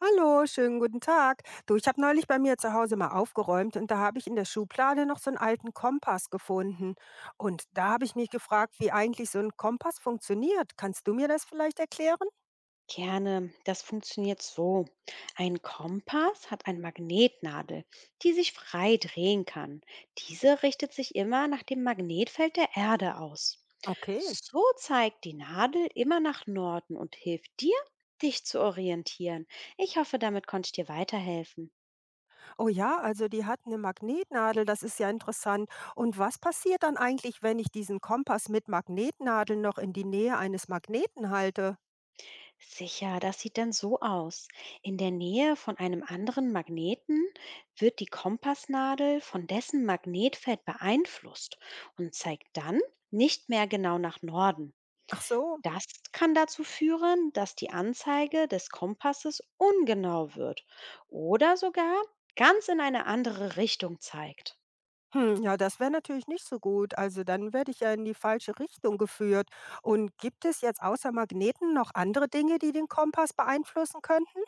Hallo, schönen guten Tag. Du, ich habe neulich bei mir zu Hause mal aufgeräumt und da habe ich in der Schublade noch so einen alten Kompass gefunden. Und da habe ich mich gefragt, wie eigentlich so ein Kompass funktioniert. Kannst du mir das vielleicht erklären? Gerne. Das funktioniert so. Ein Kompass hat eine Magnetnadel, die sich frei drehen kann. Diese richtet sich immer nach dem Magnetfeld der Erde aus. Okay. So zeigt die Nadel immer nach Norden und hilft dir, dich zu orientieren. Ich hoffe, damit konnte ich dir weiterhelfen. Oh ja, also die hat eine Magnetnadel, das ist ja interessant. Und was passiert dann eigentlich, wenn ich diesen Kompass mit Magnetnadeln noch in die Nähe eines Magneten halte? Sicher, das sieht dann so aus. In der Nähe von einem anderen Magneten wird die Kompassnadel von dessen Magnetfeld beeinflusst und zeigt dann nicht mehr genau nach Norden. Ach so. Das kann dazu führen, dass die Anzeige des Kompasses ungenau wird oder sogar ganz in eine andere Richtung zeigt. Hm, ja, das wäre natürlich nicht so gut. Also dann werde ich ja in die falsche Richtung geführt. Und gibt es jetzt außer Magneten noch andere Dinge, die den Kompass beeinflussen könnten?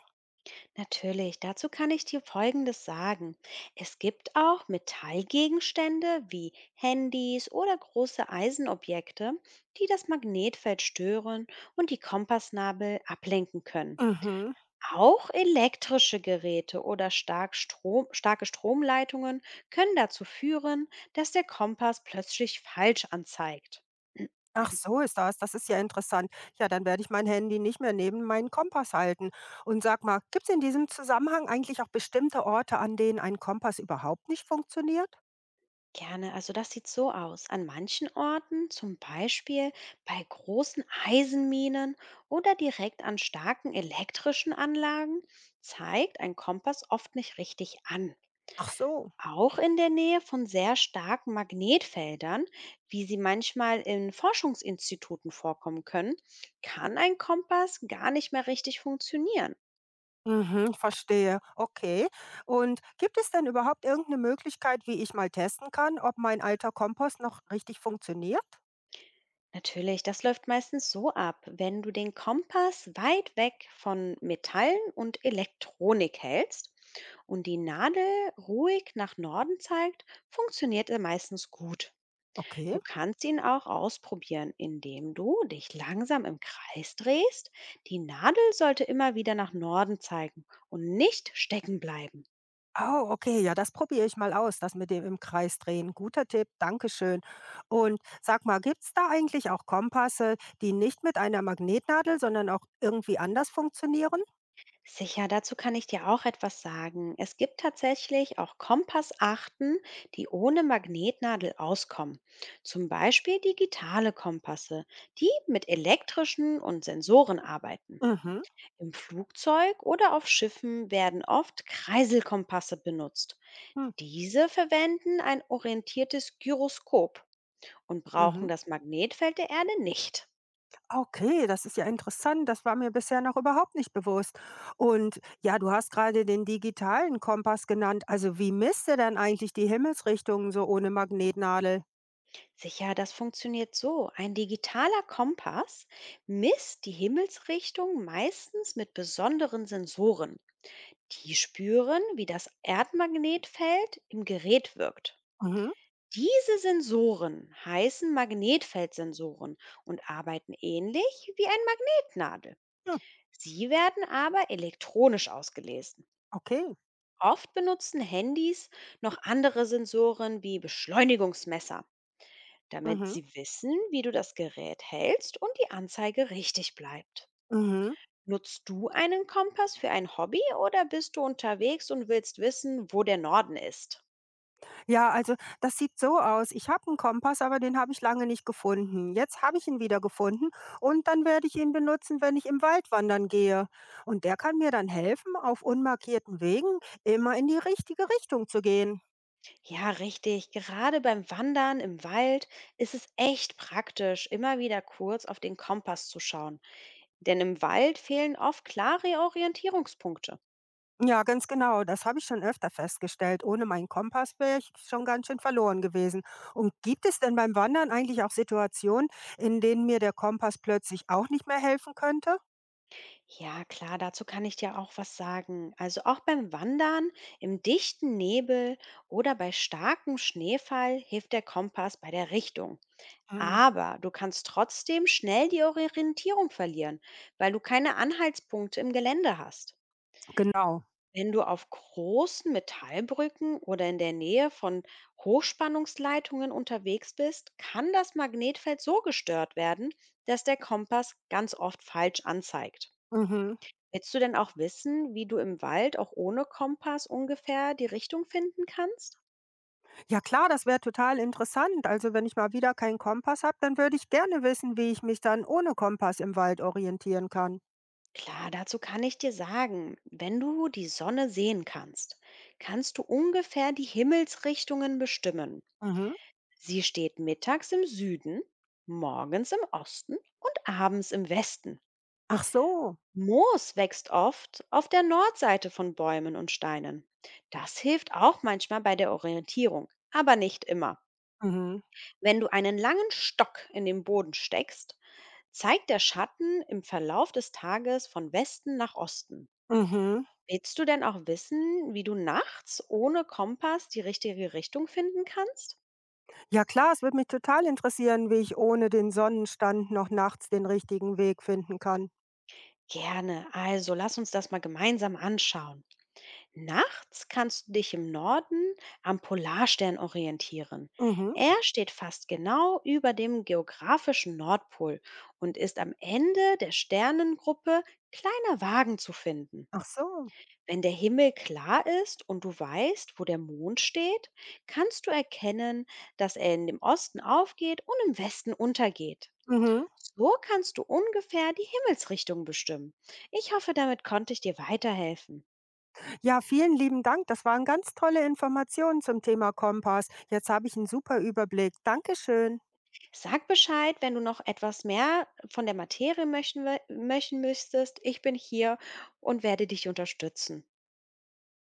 Natürlich, dazu kann ich dir Folgendes sagen. Es gibt auch Metallgegenstände wie Handys oder große Eisenobjekte, die das Magnetfeld stören und die Kompassnabel ablenken können. Mhm. Auch elektrische Geräte oder starke Stromleitungen können dazu führen, dass der Kompass plötzlich falsch anzeigt. Ach so ist das. Das ist ja interessant. Ja, dann werde ich mein Handy nicht mehr neben meinen Kompass halten. Und sag mal, gibt es in diesem Zusammenhang eigentlich auch bestimmte Orte, an denen ein Kompass überhaupt nicht funktioniert? Gerne. Also das sieht so aus. An manchen Orten, zum Beispiel bei großen Eisenminen oder direkt an starken elektrischen Anlagen, zeigt ein Kompass oft nicht richtig an. Ach so. Auch in der Nähe von sehr starken Magnetfeldern, wie sie manchmal in Forschungsinstituten vorkommen können, kann ein Kompass gar nicht mehr richtig funktionieren. Mhm, verstehe. Okay. Und gibt es denn überhaupt irgendeine Möglichkeit, wie ich mal testen kann, ob mein alter Kompost noch richtig funktioniert? Natürlich, das läuft meistens so ab. Wenn du den Kompass weit weg von Metallen und Elektronik hältst und die Nadel ruhig nach Norden zeigt, funktioniert er meistens gut. Du Okay. kannst ihn auch ausprobieren, indem du dich langsam im Kreis drehst. Die Nadel sollte immer wieder nach Norden zeigen und nicht stecken bleiben. Oh, okay, ja, das probiere ich mal aus, das mit dem im Kreis drehen. Guter Tipp, Dankeschön. Und sag mal, gibt's da eigentlich auch Kompasse, die nicht mit einer Magnetnadel, sondern auch irgendwie anders funktionieren? Sicher, dazu kann ich dir auch etwas sagen. Es gibt tatsächlich auch Kompassachten, die ohne Magnetnadel auskommen. Zum Beispiel digitale Kompasse, die mit elektrischen und Sensoren arbeiten. Mhm. Im Flugzeug oder auf Schiffen werden oft Kreiselkompasse benutzt. Hm. Diese verwenden ein orientiertes Gyroskop und brauchen Mhm. das Magnetfeld der Erde nicht. Okay, das ist ja interessant. Das war mir bisher noch überhaupt nicht bewusst. Und ja, du hast gerade den digitalen Kompass genannt. Also wie misst er denn eigentlich die Himmelsrichtungen so ohne Magnetnadel? Sicher, das funktioniert so. Ein digitaler Kompass misst die Himmelsrichtung meistens mit besonderen Sensoren. Die spüren, wie das Erdmagnetfeld im Gerät wirkt. Mhm. Diese Sensoren heißen Magnetfeldsensoren und arbeiten ähnlich wie ein Magnetnadel. Hm, Sie werden aber elektronisch ausgelesen. okay. Oft benutzen Handys noch andere Sensoren wie Beschleunigungsmesser, damit Mhm. sie wissen, wie du das Gerät hältst und die Anzeige richtig bleibt. Mhm. Nutzt du einen Kompass für ein Hobby oder bist du unterwegs und willst wissen, wo der Norden ist? Ja, also das sieht so aus. Ich habe einen Kompass, aber den habe ich lange nicht gefunden. Jetzt habe ich ihn wieder gefunden und dann werde ich ihn benutzen, wenn ich im Wald wandern gehe. Und der kann mir dann helfen, auf unmarkierten Wegen immer in die richtige Richtung zu gehen. Ja, richtig. Gerade beim Wandern im Wald ist es echt praktisch, immer wieder kurz auf den Kompass zu schauen. Denn im Wald fehlen oft klare Orientierungspunkte. Ja, ganz genau. Das habe ich schon öfter festgestellt. Ohne meinen Kompass wäre ich schon ganz schön verloren gewesen. Und gibt es denn beim Wandern eigentlich auch Situationen, in denen mir der Kompass plötzlich auch nicht mehr helfen könnte? Ja, klar, dazu kann ich dir auch was sagen. Also auch beim Wandern, im dichten Nebel oder bei starkem Schneefall hilft der Kompass bei der Richtung. Mhm. Aber du kannst trotzdem schnell die Orientierung verlieren, weil du keine Anhaltspunkte im Gelände hast. Genau. Wenn du auf großen Metallbrücken oder in der Nähe von Hochspannungsleitungen unterwegs bist, kann das Magnetfeld so gestört werden, dass der Kompass ganz oft falsch anzeigt. Mhm. Willst du denn auch wissen, wie du im Wald auch ohne Kompass ungefähr die Richtung finden kannst? Ja klar, das wäre total interessant. Also wenn ich mal wieder keinen Kompass habe, dann würde ich gerne wissen, wie ich mich dann ohne Kompass im Wald orientieren kann. Klar, dazu kann ich dir sagen, wenn du die Sonne sehen kannst, kannst du ungefähr die Himmelsrichtungen bestimmen. Mhm. Sie steht mittags im Süden, morgens im Osten und abends im Westen. Ach so. Moos wächst oft auf der Nordseite von Bäumen und Steinen. Das hilft auch manchmal bei der Orientierung, aber nicht immer. Mhm. Wenn du einen langen Stock in den Boden steckst, zeigt der Schatten im Verlauf des Tages von Westen nach Osten. Mhm. Willst du denn auch wissen, wie du nachts ohne Kompass die richtige Richtung finden kannst? Ja klar, es würde mich total interessieren, wie ich ohne den Sonnenstand noch nachts den richtigen Weg finden kann. Gerne, also lass uns das mal gemeinsam anschauen. Nachts kannst du dich im Norden am Polarstern orientieren. Mhm. Er steht fast genau über dem geografischen Nordpol und ist am Ende der Sternengruppe Kleiner Wagen zu finden. Ach so. Wenn der Himmel klar ist und du weißt, wo der Mond steht, kannst du erkennen, dass er in dem Osten aufgeht und im Westen untergeht. Mhm. So kannst du ungefähr die Himmelsrichtung bestimmen. Ich hoffe, damit konnte ich dir weiterhelfen. Ja, vielen lieben Dank. Das waren ganz tolle Informationen zum Thema Kompass. Jetzt habe ich einen super Überblick. Dankeschön. Sag Bescheid, wenn du noch etwas mehr von der Materie möchten, möchten müsstest. Ich bin hier und werde dich unterstützen.